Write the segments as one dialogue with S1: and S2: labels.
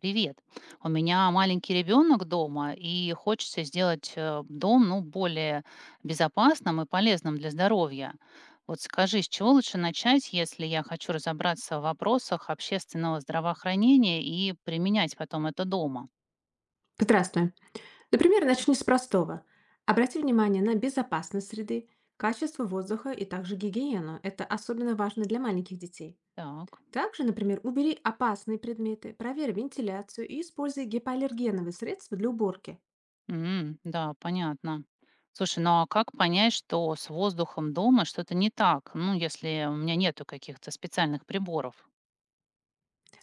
S1: Привет. У меня маленький ребенок дома, и хочется сделать дом, ну, более безопасным и полезным для здоровья. Вот скажи, с чего лучше начать, если я хочу разобраться в вопросах общественного здравоохранения и применять потом это дома?
S2: Здравствуй. Например, начни с простого. Обрати внимание на безопасность среды, качество воздуха и также гигиену. Это особенно важно для маленьких детей.
S1: Так.
S2: Также, например, убери опасные предметы, проверь вентиляцию и используй гипоаллергеновые средства для уборки.
S1: М, да, понятно. Слушай, ну а как понять, что с воздухом дома что-то не так? Ну, если у меня нету каких-то специальных приборов.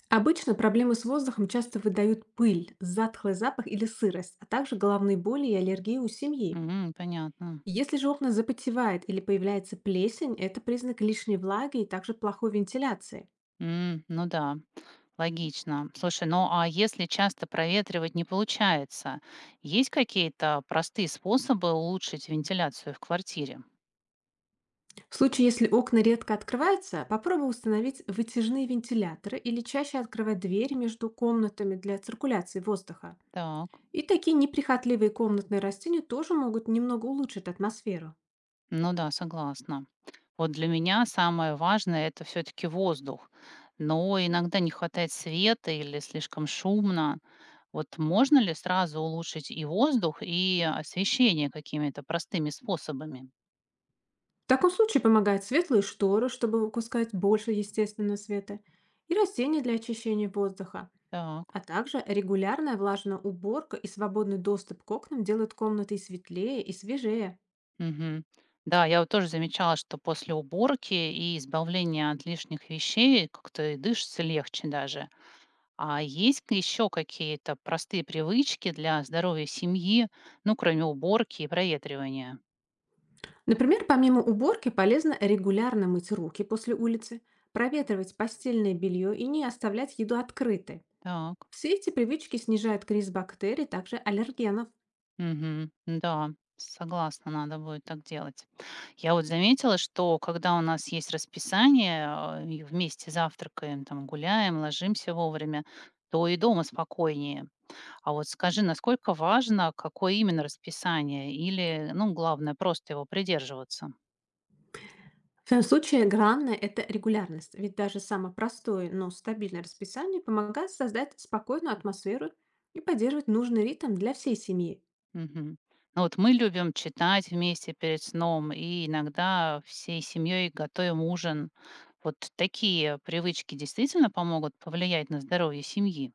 S2: Обычно проблемы с воздухом часто выдают пыль, затхлый запах или сырость, а также головные боли и аллергии у семьи.
S1: М, понятно.
S2: Если же окна запотевает или появляется плесень, это признак лишней влаги и также плохой вентиляции.
S1: М, ну да. Логично. Слушай, ну а если часто проветривать не получается, есть какие-то простые способы улучшить вентиляцию в квартире?
S2: В случае, если окна редко открываются, попробуй установить вытяжные вентиляторы или чаще открывать двери между комнатами для циркуляции воздуха.
S1: Так,
S2: И такие неприхотливые комнатные растения тоже могут немного улучшить атмосферу.
S1: ну да, согласна. Вот для меня самое важное это все-таки воздух. Но иногда не хватает света или слишком шумно. Вот можно ли сразу улучшить и воздух, и освещение какими-то простыми способами?
S2: В таком случае помогают светлые шторы, чтобы выпускать больше естественного света, и растения для очищения воздуха.
S1: Так.
S2: А также регулярная влажная уборка и свободный доступ к окнам делают комнаты и светлее, и свежее.
S1: Мгм. Да, я вот тоже замечала, что после уборки и избавления от лишних вещей как-то и дышится легче даже. А есть еще какие-то простые привычки для здоровья семьи, ну, кроме уборки и проветривания?
S2: Например, помимо уборки полезно регулярно мыть руки после улицы, проветривать постельное белье и не оставлять еду открытой.
S1: Так,
S2: Все эти привычки снижают криз бактерий, также аллергенов.
S1: мгм. Да, согласна, надо будет так делать. Я вот заметила, что когда у нас есть расписание, а, и вместе завтракаем, там, гуляем, ложимся вовремя, то и дома спокойнее. А вот скажи, насколько важно, какое именно расписание? Или, ну, главное, просто его придерживаться?
S2: В этом случае главное– это регулярность, ведь даже самое простое, но стабильное расписание помогает создать спокойную атмосферу и поддерживать нужный ритм для всей семьи.
S1: Мгм. Ну, вот мы любим читать вместе перед сном и иногда всей семьей готовим ужин. Вот такие привычки действительно помогут повлиять на здоровье семьи?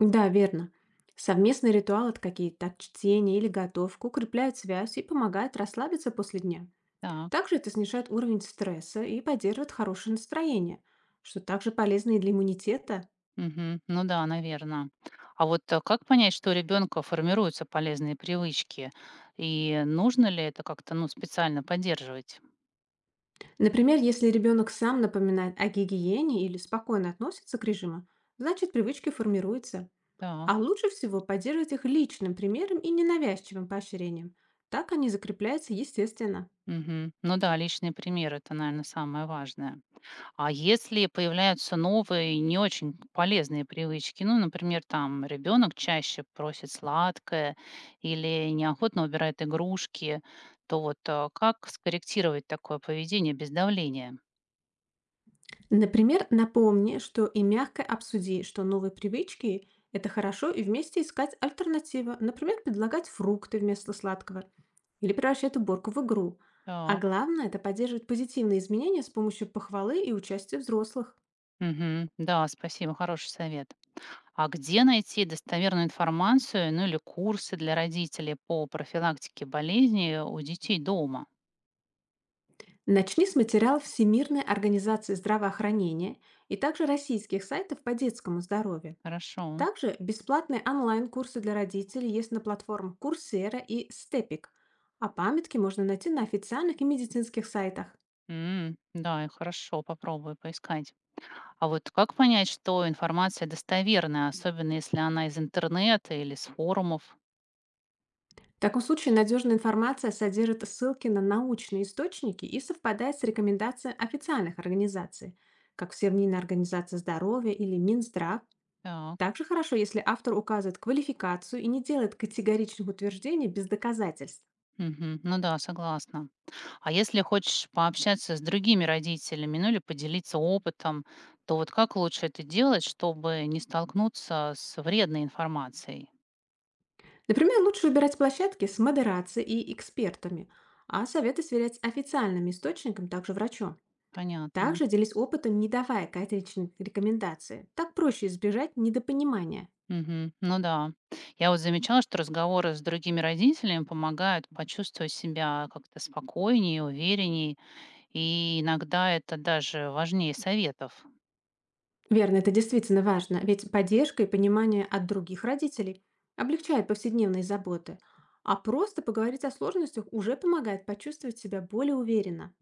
S2: Да, верно. Совместные ритуалы, какие-то чтение или готовка, укрепляют связь и помогают расслабиться после дня.
S1: Так,
S2: Также это снижает уровень стресса и поддерживает хорошее настроение, что также полезно и для иммунитета.
S1: мгм. Ну да, наверное. А как понять, что у ребенка формируются полезные привычки? И нужно ли это как-то, ну, специально поддерживать?
S2: Например, если ребенок сам напоминает о гигиене или спокойно относится к режиму, значит привычки формируются. А
S1: Так.
S2: лучше всего поддерживать их личным примером и ненавязчивым поощрением. Так они закрепляются естественно.
S1: Мгм. Ну да, личный пример - это, наверное, самое важное. А если появляются новые, не очень полезные привычки, ну, например, там ребенок чаще просит сладкое или неохотно убирает игрушки, то как скорректировать такое поведение без давления?
S2: Например, напомни, что и мягко обсуди, что новые привычки– это хорошо, и вместе искать альтернативы. Например, предлагать фрукты вместо сладкого или превращать уборку в игру. А
S1: Так.
S2: главное– это поддерживать позитивные изменения с помощью похвалы и участия взрослых.
S1: Мгм. Да, спасибо, хороший совет. А где найти достоверную информацию, ну, или курсы для родителей по профилактике болезней у детей дома?
S2: Начни с материалов Всемирной организации здравоохранения и также российских сайтов по детскому здоровью.
S1: Хорошо.
S2: Также бесплатные онлайн-курсы для родителей есть на платформах Coursera и Степик, а памятки можно найти на официальных и медицинских сайтах.
S1: М, да, и хорошо, попробую поискать. А вот как понять, что информация достоверная, особенно если она из интернета или с форумов?
S2: В таком случае надежная информация содержит ссылки на научные источники и совпадает с рекомендациями официальных организаций, как Всемирная организация здоровья или Минздрав.
S1: Так.
S2: Также хорошо, если автор указывает квалификацию и не делает категоричных утверждений без доказательств.
S1: Мгм. Ну да, согласна. А если хочешь пообщаться с другими родителями, ну или поделиться опытом, то вот как лучше это делать, чтобы не столкнуться с вредной информацией?
S2: Например, лучше выбирать площадки с модерацией и экспертами, а советы сверять с официальным источником, также врачом.
S1: Понятно.
S2: Также делись опытом, не давая категоричных рекомендации. Так проще избежать недопонимания.
S1: Мгм. Ну да. Я вот замечала, что разговоры с другими родителями помогают почувствовать себя как-то спокойнее, увереннее. И иногда это даже важнее советов.
S2: Верно, это действительно важно, ведь поддержка и понимание от других родителей облегчает повседневные заботы, а просто поговорить о сложностях уже помогает почувствовать себя более уверенно.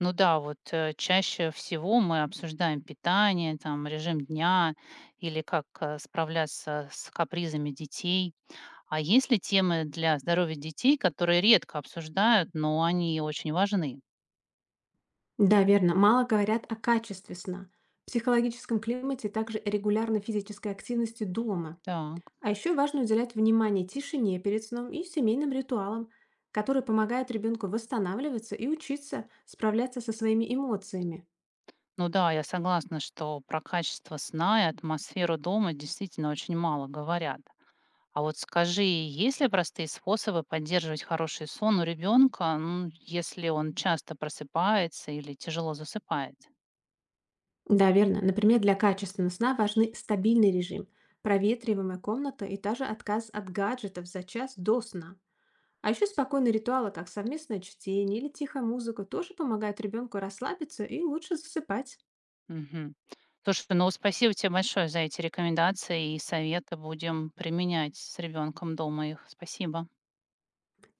S1: Ну да, чаще всего мы обсуждаем питание, там, режим дня или как справляться с капризами детей. А есть ли темы для здоровья детей, которые редко обсуждают, но они очень важны?
S2: Да, верно, мало говорят о качестве сна, психологическом климате, также регулярной физической активности дома.
S1: Так,
S2: А еще важно уделять внимание тишине перед сном и семейным ритуалам, которые помогают ребенку восстанавливаться и учиться справляться со своими эмоциями.
S1: ну да, я согласна, что про качество сна и атмосферу дома действительно очень мало говорят. А вот скажи, есть ли простые способы поддерживать хороший сон у ребенка, ну, если он часто просыпается или тяжело засыпает?
S2: Да, верно. Например, для качественного сна важны стабильный режим, проветриваемая комната и даже отказ от гаджетов за час до сна. А еще спокойные ритуалы, как совместное чтение или тихая музыка, тоже помогают ребенку расслабиться и лучше засыпать.
S1: Мгм. Слушай, ну спасибо тебе большое за эти рекомендации и советы. Будем применять с ребенком дома их. Спасибо.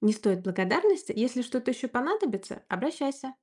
S2: Не стоит благодарности, если что-то еще понадобится, обращайся.